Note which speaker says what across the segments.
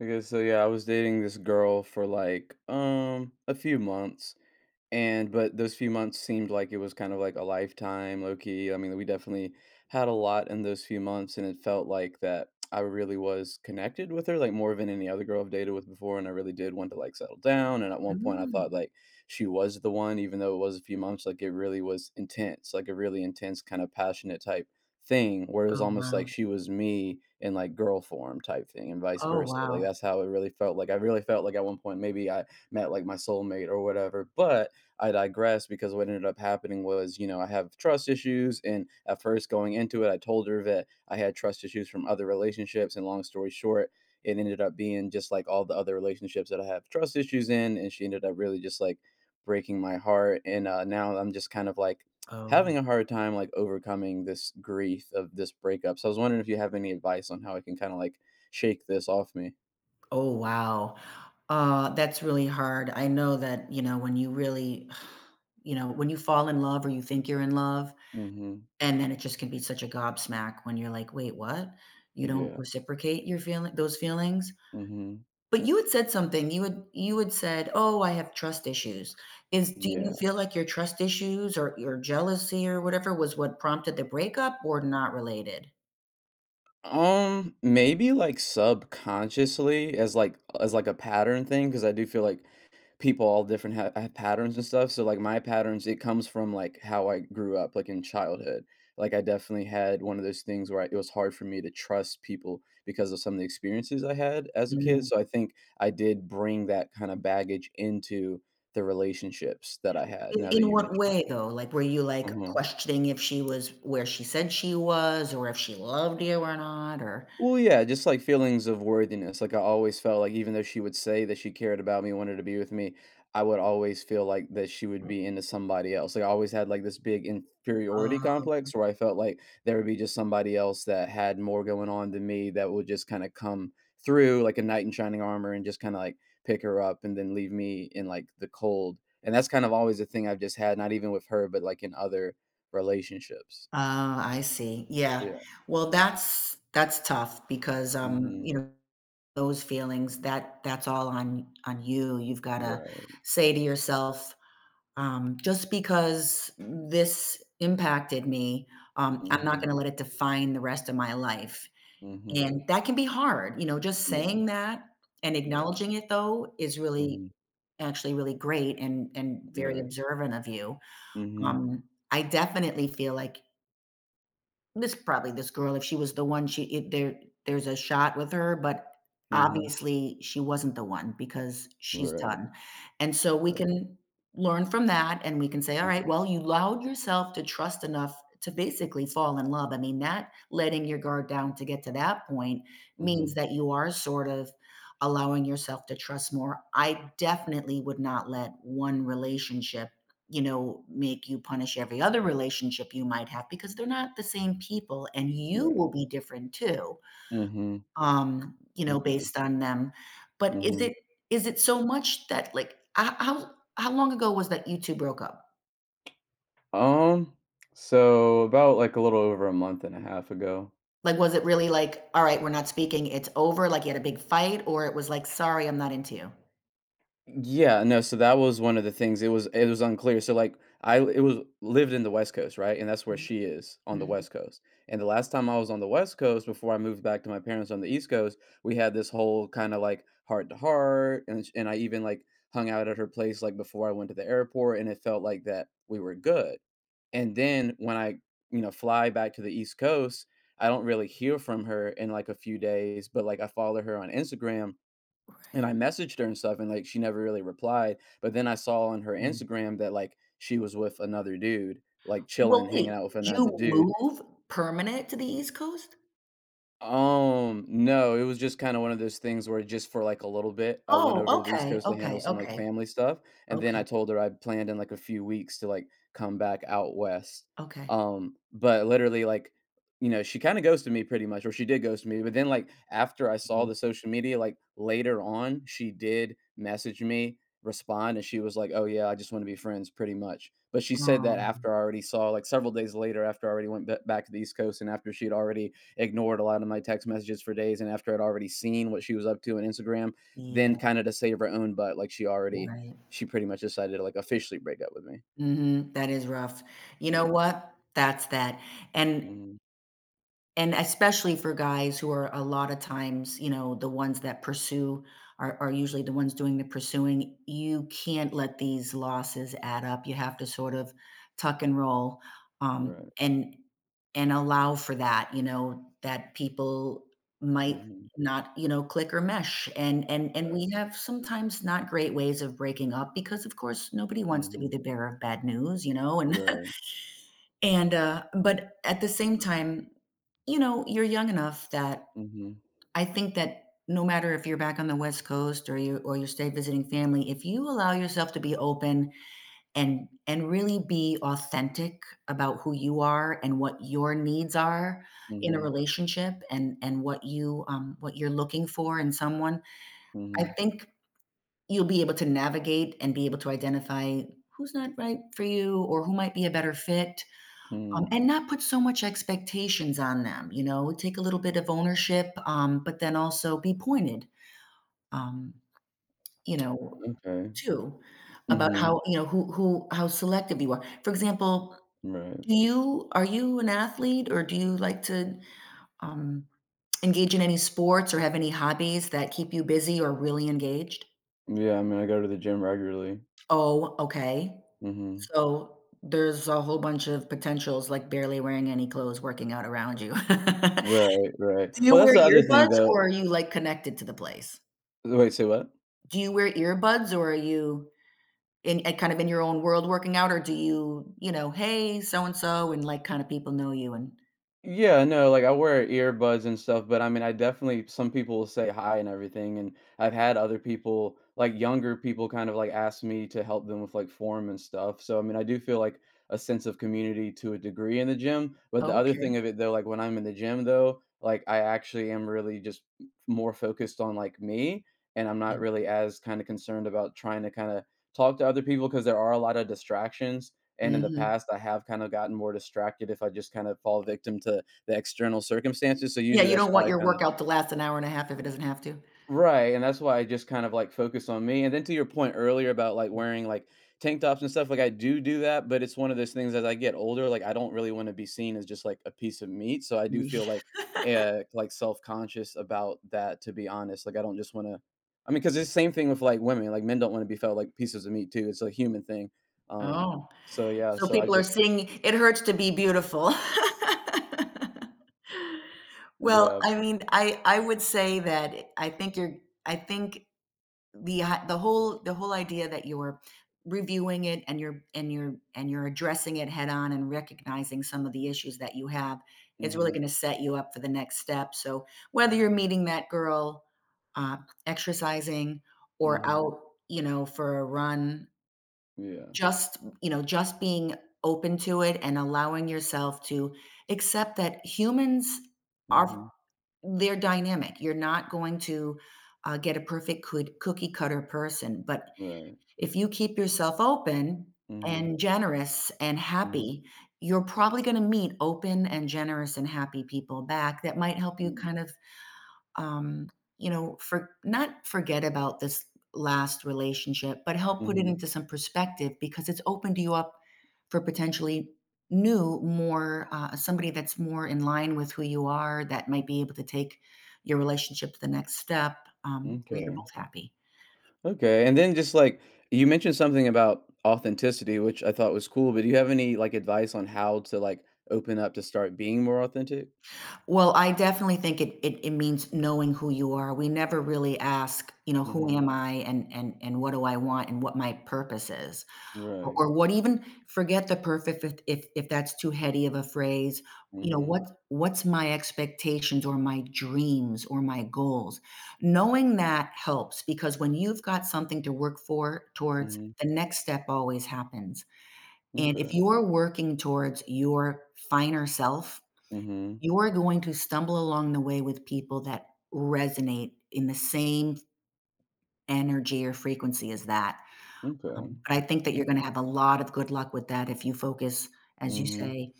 Speaker 1: Okay, so yeah, I was dating this girl for like a few months, and but those few months seemed like it was kind of like a lifetime, low key. I mean, we definitely had a lot in those few months, and it felt like that I really was connected with her, like more than any other girl I've dated with before. And I really did want to like settle down. And at one point, I thought
Speaker 2: Mm.
Speaker 1: like she was the one, even though it was a few months. Like it really was intense, like a really intense kind of passionate type thing, where it was
Speaker 2: Oh,
Speaker 1: almost like
Speaker 2: wow.
Speaker 1: she was me in like girl form type thing, and vice
Speaker 2: Oh,
Speaker 1: versa. Like
Speaker 2: wow.
Speaker 1: that's how it really felt. Like I really felt like at one point maybe I met like my soulmate or whatever. But I digress because, what ended up happening was, you know, I have trust issues. And at first, going into it, I told her that I had trust issues from other relationships. And long story short, it ended up being just like all the other relationships that I have trust issues in. And she ended up really just like breaking my heart. And now I'm just kind of like
Speaker 2: Oh.
Speaker 1: having a hard time like overcoming this grief of this breakup. So I was wondering if you have any advice on how I can kind of like shake this off me.
Speaker 2: Oh, wow. That's really hard. I know that, you know, when you really you know, when you fall in love or you think you're in love,
Speaker 1: Mm-hmm.
Speaker 2: and then it just can be such a gobsmack when you're like, "Wait, what? You don't
Speaker 1: Yeah.
Speaker 2: reciprocate your feeling those feelings?"
Speaker 1: Mm-hmm.
Speaker 2: But you had said something. You had said, "Oh, I have trust issues." Is do you
Speaker 1: Yeah.
Speaker 2: feel like your trust issues or your jealousy or whatever was what prompted the breakup or not related?
Speaker 1: Maybe like subconsciously as like a pattern thing because I do feel like people all different have patterns and stuff. So like my patterns, it comes from like how I grew up, like in childhood. Like I definitely had one of those things where I, it was hard for me to trust people because of some of the experiences I had as a kid. So I think I did bring that kind of baggage into the relationships that I had. Now that
Speaker 2: In
Speaker 1: you
Speaker 2: what
Speaker 1: mentioned
Speaker 2: way though? Like, were you, like,
Speaker 1: it.
Speaker 2: questioning if she was where she said she was or if she loved you or not or
Speaker 1: Well, yeah, just like feelings of worthiness. Like I always felt like even though she would say that she cared about me, wanted to be with me, I would always feel like that she would be into somebody else. Like I always had like this big inferiority
Speaker 2: Oh, oh,
Speaker 1: complex where I felt like there would be just somebody else that had more going on than me that would just kind of come through like a knight in shining armor and just kind of like pick her up and then leave me in like the cold. And that's kind of always a thing I've just had, not even with her, but like in other relationships.
Speaker 2: I see. Yeah.
Speaker 1: Yeah.
Speaker 2: Well, that's tough because,
Speaker 1: Hmm.
Speaker 2: you know, those feelings, that's all on you. You've gotta
Speaker 1: Right.
Speaker 2: say to yourself, "Just because this impacted me, I'm not
Speaker 1: Hmm.
Speaker 2: gonna let it define the rest of my life."
Speaker 1: Hmm.
Speaker 2: And that can be hard, you know, just
Speaker 1: Yeah,
Speaker 2: saying that and
Speaker 1: yeah,
Speaker 2: acknowledging it though is really
Speaker 1: mhm,
Speaker 2: actually really great and very
Speaker 1: right,
Speaker 2: observant of you.
Speaker 1: mhm,
Speaker 2: Um, I definitely feel like this probably this girl, if she was the one, she it there there's a shot with her, but
Speaker 1: mhm,
Speaker 2: obviously she wasn't the one because she's
Speaker 1: right,
Speaker 2: done. And so we
Speaker 1: right,
Speaker 2: can learn from that and we can say, "All
Speaker 1: mm,
Speaker 2: right, well, you allowed yourself to trust enough to basically fall in love." I mean, that letting your guard down to get to that point means
Speaker 1: mhm,
Speaker 2: that you are sort of allowing yourself to trust more. I definitely would not let one relationship you know, make you punish every other relationship you might have because they're not the same people and you
Speaker 1: right,
Speaker 2: will be different too,
Speaker 1: mhm,
Speaker 2: you know,
Speaker 1: okay,
Speaker 2: based on them. But is
Speaker 1: mhm.
Speaker 2: it is it so much that like h- how how long ago was that you two broke up?
Speaker 1: Um, so about like a little over a month and a half ago.
Speaker 2: Like was it really like, all right, we're not speaking, it's over, like you had a big fight, or it was like, sorry, I'm not into you?
Speaker 1: Yeah, no, so that was one of the things, it was unclear, so, like, I it was lived in the West Coast, right, and that's where
Speaker 2: Mhm,
Speaker 1: she is, on the
Speaker 2: mhm.
Speaker 1: West Coast, and the last time I was on the West Coast before I moved back to my parents on the East Coast, we had this whole kinda, like, heart-to-heart, and sh and I even, like, hung out at her place, like, before I went to the airport, and it felt like that we were good, and then when I, you know, fly back to the East Coast, I don't really hear from her in, like, a few days, but, like, I follow her on Instagram, and I
Speaker 2: Right.
Speaker 1: messaged her and stuff, and, like, she never really replied, but then I saw on her
Speaker 2: Mm.
Speaker 1: Instagram that, like, she was with another dude, like, chilling,
Speaker 2: Well,
Speaker 1: hanging
Speaker 2: wait,
Speaker 1: out with
Speaker 2: did
Speaker 1: another
Speaker 2: you
Speaker 1: dude.
Speaker 2: move permanent to the East Coast?
Speaker 1: No, it was just kinda one of those things where just for, like, a little bit, I went
Speaker 2: Oh,
Speaker 1: over to the East
Speaker 2: okay,
Speaker 1: Coast to handle
Speaker 2: okay,
Speaker 1: some, like,
Speaker 2: okay,
Speaker 1: family stuff, and then
Speaker 2: okay,
Speaker 1: I told her I planned in, like, a few weeks to, like, come back out West.
Speaker 2: okay.
Speaker 1: But literally, like, you know, she kinda ghosted me pretty much, or she did ghost me, but then, like, after I saw the social media, like, later on, she did message me, respond, and she was like, "Oh, yeah, I just wanna be friends," pretty much. But she said that
Speaker 2: Um,
Speaker 1: after I already saw, like, several days later after I already went b back to the East Coast and after she'd already ignored a lot of my text messages for days. And after I'd already seen what she was up to on Instagram, then
Speaker 2: yeah,
Speaker 1: kind of to save her own butt, like she already,
Speaker 2: right.
Speaker 1: she pretty much decided to like officially break up with me.
Speaker 2: Mhm, that is rough. You know
Speaker 1: Yeah.
Speaker 2: what? That's that, and
Speaker 1: Hmm.
Speaker 2: And especially for guys who are a lot of times, you know, the ones that pursue are usually the ones doing the pursuing. You can't let these losses add up. You have to sort of tuck and roll
Speaker 1: Right.
Speaker 2: and allow for that, you know, that people might
Speaker 1: Hmm.
Speaker 2: not, you know, click or mesh. And and
Speaker 1: Right.
Speaker 2: we have sometimes not great ways of breaking up because of course nobody wants to be
Speaker 1: Hmm.
Speaker 2: the bearer of bad news, you know, and
Speaker 1: Right.
Speaker 2: but at the same time, you know, you're young enough that
Speaker 1: Hmm.
Speaker 2: I think that no matter if you're back on the West Coast or you stay visiting family, if you allow yourself to be open and really be authentic about who you are and what your needs are in a
Speaker 1: Hmm.
Speaker 2: relationship and what you what you're looking for in someone, I
Speaker 1: Hmm.
Speaker 2: think you'll be able to navigate and be able to identify who's not right for you or who might be a better fit
Speaker 1: Hmm.
Speaker 2: and not put so much expectations on them, you know? Take a little bit of ownership, but then also be pointed, um, you know,
Speaker 1: Okay.
Speaker 2: too, about
Speaker 1: Hmm.
Speaker 2: how, you know, who how selective you are. For example,
Speaker 1: Right.
Speaker 2: do you are you an athlete or do you like to, um, engage in any sports or have any hobbies that keep you busy or really engaged?
Speaker 1: Yeah. I mean, I go to the gym regularly.
Speaker 2: Oh, okay.
Speaker 1: Hmm.
Speaker 2: So, there's a whole bunch of potentials, like barely wearing any clothes, working out around you.
Speaker 1: Right. Right.
Speaker 2: Do you
Speaker 1: Well, that's
Speaker 2: wear
Speaker 1: the other thing,
Speaker 2: earbuds
Speaker 1: though.
Speaker 2: or are you, like, connected to the place?
Speaker 1: Wait, say what?
Speaker 2: Do you wear earbuds or are you in kind of in your own world working out, or do you, you know, "Hey, so and so," and, like, kinda people know you and
Speaker 1: Yeah, no, like I wear earbuds and stuff, but I mean, I definitely some people will say hi and everything, and I've had other people, like younger people, kind of like ask me to help them with like form and stuff. So I mean, I do feel like a sense of community to a degree in the gym. But the other thing
Speaker 2: okay.
Speaker 1: of it though, like when I'm in the gym though, like I actually am really just more focused on like me, and I'm not
Speaker 2: Yeah,
Speaker 1: really as kind of concerned about trying to kind of talk to other people because there are a lot of distractions and in the
Speaker 2: mhm.
Speaker 1: past, I have kind of gotten more distracted if I just kind of fall victim to the external circumstances. So
Speaker 2: Yeah,
Speaker 1: usually
Speaker 2: you
Speaker 1: that's
Speaker 2: don't
Speaker 1: why
Speaker 2: want
Speaker 1: I
Speaker 2: your
Speaker 1: kind of
Speaker 2: workout to last an hour and a half if it doesn't have to.
Speaker 1: Right, and that's why I just kind of like focus on me. And then to your point earlier about like wearing like tank tops and stuff, like I do do that, but it's one of those things as I get older, like I don't really want to be seen as just like a piece of meat. So I do
Speaker 2: Ye
Speaker 1: feel like self-conscious about that to be honest. Like I don't just want to I mean cuz it's the same thing with like women. Like men don't want to be felt like pieces of meat too. It's a human thing. Um
Speaker 2: Oh,
Speaker 1: so yeah,
Speaker 2: so
Speaker 1: so I
Speaker 2: people are
Speaker 1: just
Speaker 2: seeing "It hurts to be beautiful." Well,
Speaker 1: yeah.
Speaker 2: I mean, I would say that I think I think the whole idea that you're reviewing it and you're addressing it head on and recognizing some of the issues that you have is really
Speaker 1: Mhm,
Speaker 2: going to set you up for the next step so whether you're meeting that girl uh, exercising or
Speaker 1: mhm,
Speaker 2: out you know for a run
Speaker 1: yeah,
Speaker 2: just you know just being open to it and allowing yourself to accept that humans are
Speaker 1: mhm,
Speaker 2: they're dynamic. You're not going to, get a perfect cood cookie cutter person, but
Speaker 1: right,
Speaker 2: if you keep yourself open
Speaker 1: mhm,
Speaker 2: and generous and
Speaker 1: mhm,
Speaker 2: happy, you're probably gonna meet open and generous and happy people back that might help you
Speaker 1: mm,
Speaker 2: kind of um, you know, for not forget about this last relationship, but help put it
Speaker 1: mhm,
Speaker 2: into some perspective because it's opened you up for potentially new, more somebody that's more in line with who you are that might be able to take your relationship to the next step where you're
Speaker 1: okay,
Speaker 2: both happy.
Speaker 1: okay, and then just, like, you mentioned something about authenticity, which I thought was cool, but do you have any, like, advice on how to, like, open up to start being more authentic?
Speaker 2: Well, I definitely think it means knowing who you are. We never really ask, you know, who
Speaker 1: Mhm,
Speaker 2: am I and what do I want and what my purpose is. Or
Speaker 1: right,
Speaker 2: or what even forget the perfect if that's too heady of a phrase, you know,
Speaker 1: mhm,
Speaker 2: what's my expectations or my dreams or my goals? Knowing that helps because when you've got something to work for towards,
Speaker 1: mhm,
Speaker 2: the next step always happens. And if
Speaker 1: okay,
Speaker 2: you're working towards your finer self,
Speaker 1: mhm,
Speaker 2: you're going to stumble along the way with people that resonate in the same energy or frequency as that.
Speaker 1: okay,
Speaker 2: But I think that you're gonna have a lot of good luck with that if you focus, as you
Speaker 1: mhm,
Speaker 2: say,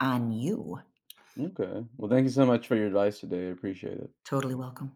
Speaker 2: on you.
Speaker 1: okay, well, thank you so much for your advice today, I appreciate it.
Speaker 2: Totally welcome.